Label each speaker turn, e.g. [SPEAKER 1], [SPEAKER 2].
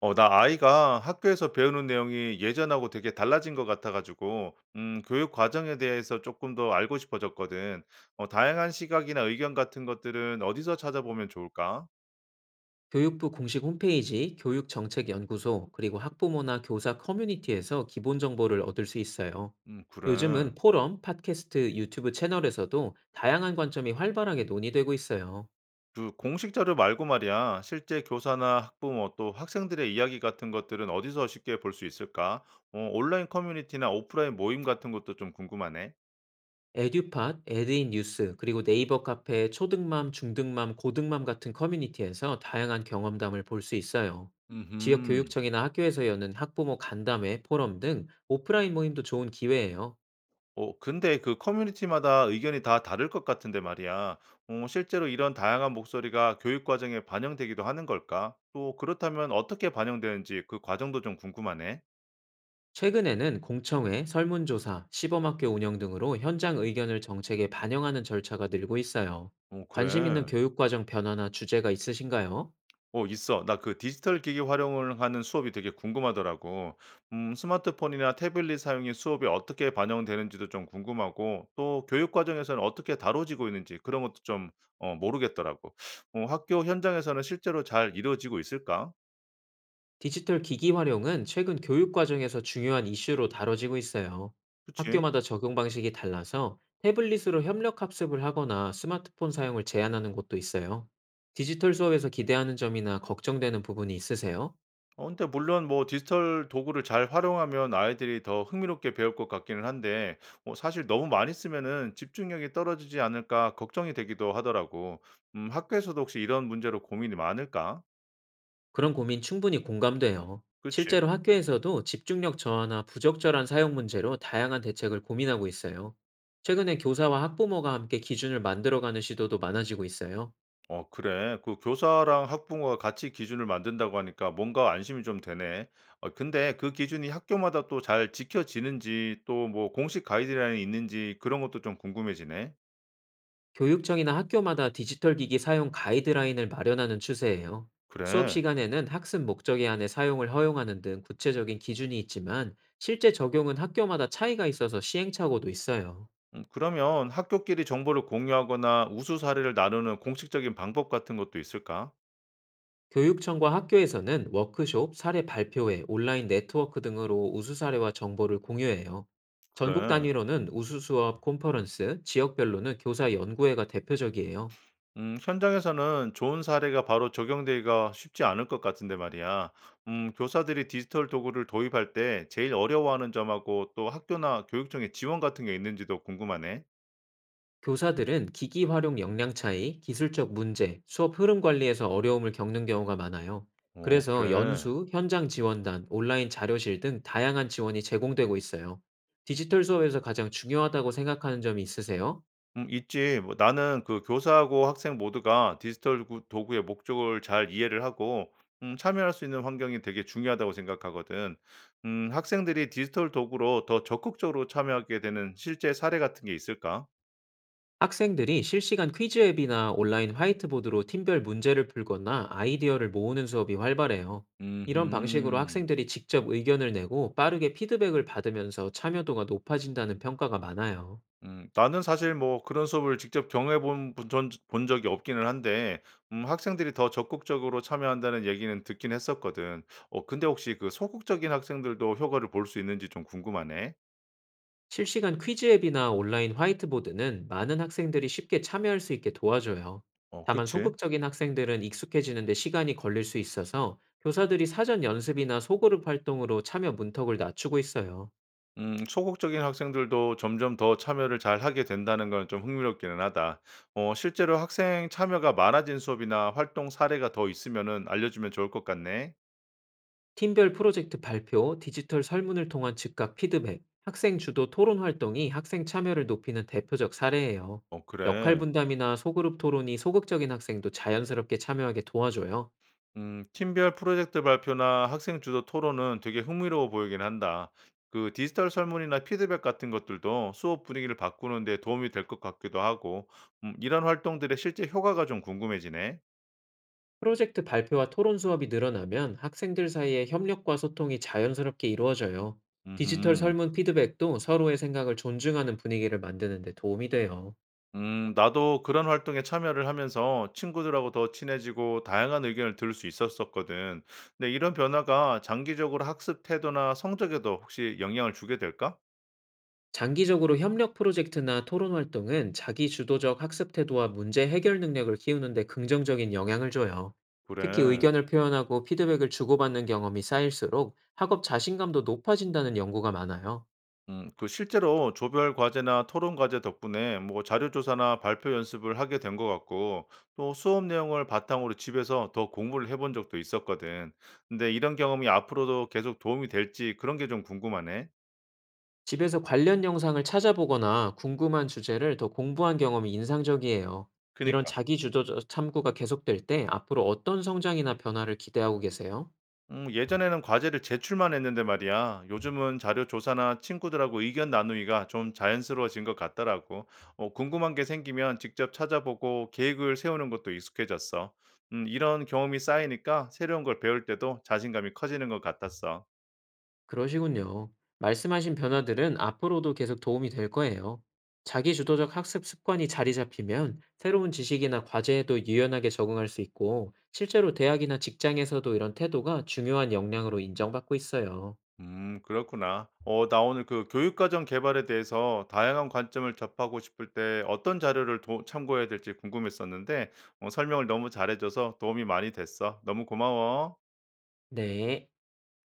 [SPEAKER 1] 나 아이가 학교에서 배우는 내용이 예전하고 되게 달라진 것 같아가지고, 교육 과정에 대해서 조금 더 알고 싶어졌거든. 다양한 시각이나 의견 같은 것들은 어디서 찾아보면 좋을까?
[SPEAKER 2] 교육부 공식 홈페이지, 교육정책연구소, 그리고 학부모나 교사 커뮤니티에서 기본 정보를 얻을 수 있어요.
[SPEAKER 1] 그래.
[SPEAKER 2] 요즘은 포럼, 팟캐스트, 유튜브 채널에서도 다양한 관점이 활발하게 논의되고 있어요.
[SPEAKER 1] 그 공식 자료 말고 말이야, 실제 교사나 학부모 또 학생들의 이야기 같은 것들은 어디서 쉽게 볼 수 있을까? 온라인 커뮤니티나 오프라인 모임 같은 것도 좀 궁금하네.
[SPEAKER 2] 에듀팟, 에드인 뉴스, 그리고 네이버 카페, 초등맘, 중등맘, 고등맘 같은 커뮤니티에서 다양한 경험담을 볼 수 있어요. 지역
[SPEAKER 1] 음흠.
[SPEAKER 2] 교육청이나 학교에서 여는 학부모 간담회, 포럼 등 오프라인 모임도 좋은 기회예요.
[SPEAKER 1] 근데 그 커뮤니티마다 의견이 다 다를 것 같은데 말이야. 실제로 이런 다양한 목소리가 교육 과정에 반영되기도 하는 걸까? 또 그렇다면 어떻게 반영되는지 그 과정도 좀 궁금하네.
[SPEAKER 2] 최근에는 공청회, 설문조사, 시범학교 운영 등으로 현장 의견을 정책에 반영하는 절차가 늘고 있어요.
[SPEAKER 1] 어
[SPEAKER 2] 관심 있는
[SPEAKER 1] 그래.
[SPEAKER 2] 교육과정 변화나 주제가 있으신가요?
[SPEAKER 1] 어 있어. 나 그 디지털 기기 활용을 하는 수업이 되게 궁금하더라고. 스마트폰이나 태블릿 사용이 수업에 어떻게 반영되는지도 좀 궁금하고 또 교육 과정에서는 어떻게 다뤄지고 있는지 그런 것도 좀 모르겠더라고. 학교 현장에서는 실제로 잘 이루어지고 있을까?
[SPEAKER 2] 디지털 기기 활용은 최근 교육과정에서 중요한 이슈로 다뤄지고 있어요.
[SPEAKER 1] 그치?
[SPEAKER 2] 학교마다 적용 방식이 달라서 태블릿으로 협력 학습을 하거나 스마트폰 사용을 제한하는 곳도 있어요. 디지털 수업에서 기대하는 점이나 걱정되는 부분이 있으세요?
[SPEAKER 1] 근데 물론 뭐 디지털 도구를 잘 활용하면 아이들이 더 흥미롭게 배울 것 같기는 한데 사실 너무 많이 쓰면은 '집중력이 떨어지지 않을까.' 걱정이 되기도 하더라고. 학교에서도 혹시 이런 문제로 고민이 많을까?
[SPEAKER 2] 그런 고민 충분히 공감돼요.
[SPEAKER 1] 그치?
[SPEAKER 2] 실제로 학교에서도 집중력 저하나 부적절한 사용 문제로 다양한 대책을 고민하고 있어요. 최근에 교사와 학부모가 함께 기준을 만들어가는 시도도 많아지고 있어요.
[SPEAKER 1] 어 그래? 그 교사랑 학부모가 같이 기준을 만든다고 하니까 뭔가 안심이 좀 되네. 근데 그 기준이 학교마다 또 잘 지켜지는지 또 뭐 공식 가이드라인이 있는지 그런 것도 좀 궁금해지네.
[SPEAKER 2] 교육청이나 학교마다 디지털 기기 사용 가이드라인을 마련하는 추세예요. 수업
[SPEAKER 1] 그래?
[SPEAKER 2] 시간에는 학습 목적에 한해 사용을 허용하는 등 구체적인 기준이 있지만 실제 적용은 학교마다 차이가 있어서 시행착오도 있어요.
[SPEAKER 1] 그러면 학교끼리 정보를 공유하거나 우수 사례를 나누는 공식적인 방법 같은 것도 있을까?
[SPEAKER 2] 교육청과 학교에서는 워크숍, 사례 발표회, 온라인 네트워크 등으로 우수 사례와 정보를 공유해요. 전국
[SPEAKER 1] 그래.
[SPEAKER 2] 단위로는 우수 수업 컨퍼런스, 지역별로는 교사 연구회가 대표적이에요.
[SPEAKER 1] 현장에서는 좋은 사례가 바로 적용되기가 쉽지 않을 것 같은데 말이야. 교사들이 디지털 도구를 도입할 때 제일 어려워하는 점하고 또 학교나 교육청의 지원 같은 게 있는지도 궁금하네.
[SPEAKER 2] 교사들은 기기 활용 역량 차이, 기술적 문제, 수업 흐름 관리에서 어려움을 겪는 경우가 많아요.
[SPEAKER 1] 어,
[SPEAKER 2] 그래서
[SPEAKER 1] 그래.
[SPEAKER 2] 연수, 현장 지원단, 온라인 자료실 등 다양한 지원이 제공되고 있어요. 디지털 수업에서 가장 중요하다고 생각하는 점이 있으세요?
[SPEAKER 1] 있지. 뭐 나는 그 교사하고 학생 모두가 디지털 구 도구의 목적을 잘 이해를 하고 참여할 수 있는 환경이 되게 중요하다고 생각하거든. 학생들이 디지털 도구로 더 적극적으로 참여하게 되는 실제 사례 같은 게 있을까?
[SPEAKER 2] 학생들이 실시간 퀴즈 앱이나 온라인 화이트보드로 팀별 문제를 풀거나 아이디어를 모으는 수업이 활발해요. 이런 방식으로
[SPEAKER 1] 음
[SPEAKER 2] 학생들이 직접 의견을 내고 빠르게 피드백을 받으면서 참여도가 높아진다는 평가가 많아요.
[SPEAKER 1] 나는 사실 뭐 그런 수업을 직접 경험해 본 적이 없기는 한데 학생들이 더 적극적으로 참여한다는 얘기는 듣긴 했었거든. 근데 혹시 그 소극적인 학생들도 효과를 볼 수 있는지 좀 궁금하네.
[SPEAKER 2] 실시간 퀴즈 앱이나 온라인 화이트보드는 많은 학생들이 쉽게 참여할 수 있게 도와줘요.
[SPEAKER 1] 어
[SPEAKER 2] 다만
[SPEAKER 1] 그치.
[SPEAKER 2] 소극적인 학생들은 익숙해지는데 시간이 걸릴 수 있어서 교사들이 사전 연습이나 소그룹 활동으로 참여 문턱을 낮추고 있어요.
[SPEAKER 1] 소극적인 학생들도 점점 더 참여를 잘 하게 된다는 건 좀 흥미롭기는 하다. 어, 실제로 학생 참여가 많아진 수업이나 활동 사례가 더 있으면은 알려주면 좋을 것 같네.
[SPEAKER 2] 팀별 프로젝트 발표, 디지털 설문을 통한 즉각 피드백, 학생 주도 토론 활동이 학생 참여를 높이는 대표적 사례예요.
[SPEAKER 1] 어,
[SPEAKER 2] 역할
[SPEAKER 1] 그래.
[SPEAKER 2] 분담이나 소그룹 토론이 소극적인 학생도 자연스럽게 참여하게 도와줘요.
[SPEAKER 1] 팀별 프로젝트 발표나 학생 주도 토론은 되게 흥미로워 보이긴 한다. 그 디지털 설문이나 피드백 같은 것들도 수업 분위기를 바꾸는 데 도움이 될 것 같기도 하고, 이런 활동들의 실제 효과가 좀 궁금해지네.
[SPEAKER 2] 프로젝트 발표와 토론 수업이 늘어나면 학생들 사이의 협력과 소통이 자연스럽게 이루어져요. 디지털
[SPEAKER 1] 음흠.
[SPEAKER 2] 설문 피드백도 서로의 생각을 존중하는 분위기를 만드는 데 도움이 돼요.
[SPEAKER 1] 나도 그런 활동에 참여를 하면서 친구들하고 더 친해지고 다양한 의견을 들을 수 있었었거든. 근데 이런 변화가 장기적으로 학습 태도나 성적에도 혹시 영향을 주게 될까?
[SPEAKER 2] 장기적으로 협력 프로젝트나 토론 활동은 자기 주도적 학습 태도와 문제 해결 능력을 키우는 데 긍정적인 영향을 줘요. 특히
[SPEAKER 1] 그래.
[SPEAKER 2] 의견을 표현하고 피드백을 주고받는 경험이 쌓일수록 학업 자신감도 높아진다는 연구가 많아요.
[SPEAKER 1] 그 실제로 조별 과제나 토론 과제 덕분에 뭐 자료 조사나 발표 연습을 하게 된 것 같고 또 수업 내용을 바탕으로 집에서 더 공부를 해본 적도 있었거든. 근데 이런 경험이 앞으로도 계속 도움이 될지 그런 게 좀 궁금하네.
[SPEAKER 2] 집에서 관련 영상을 찾아보거나 궁금한 주제를 더 공부한 경험이 인상적이에요. 이런
[SPEAKER 1] 그니까.
[SPEAKER 2] 자기 주도적 탐구가 계속될 때 앞으로 어떤 성장이나 변화를 기대하고 계세요?
[SPEAKER 1] 예전에는 과제를 제출만 했는데 말이야. 요즘은 자료 조사나 친구들하고 의견 나누기가 좀 자연스러워진 것 같더라고. 어, 궁금한 게 생기면 직접 찾아보고 계획을 세우는 것도 익숙해졌어. 이런 경험이 쌓이니까 새로운 걸 배울 때도 자신감이 커지는 것 같았어.
[SPEAKER 2] 그러시군요. 말씀하신 변화들은 앞으로도 계속 도움이 될 거예요. 자기주도적 학습 습관이 자리 잡히면 새로운 지식이나 과제에도 유연하게 적응할 수 있고, 실제로 대학이나 직장에서도 이런 태도가 중요한 역량으로 인정받고 있어요.
[SPEAKER 1] 그렇구나. 어, 나 오늘 그 교육과정 개발에 대해서 다양한 관점을 접하고 싶을 때 어떤 자료를 참고해야 될지 궁금했었는데, 어, 설명을 너무 잘해줘서 도움이 많이 됐어. 너무 고마워.
[SPEAKER 2] 네.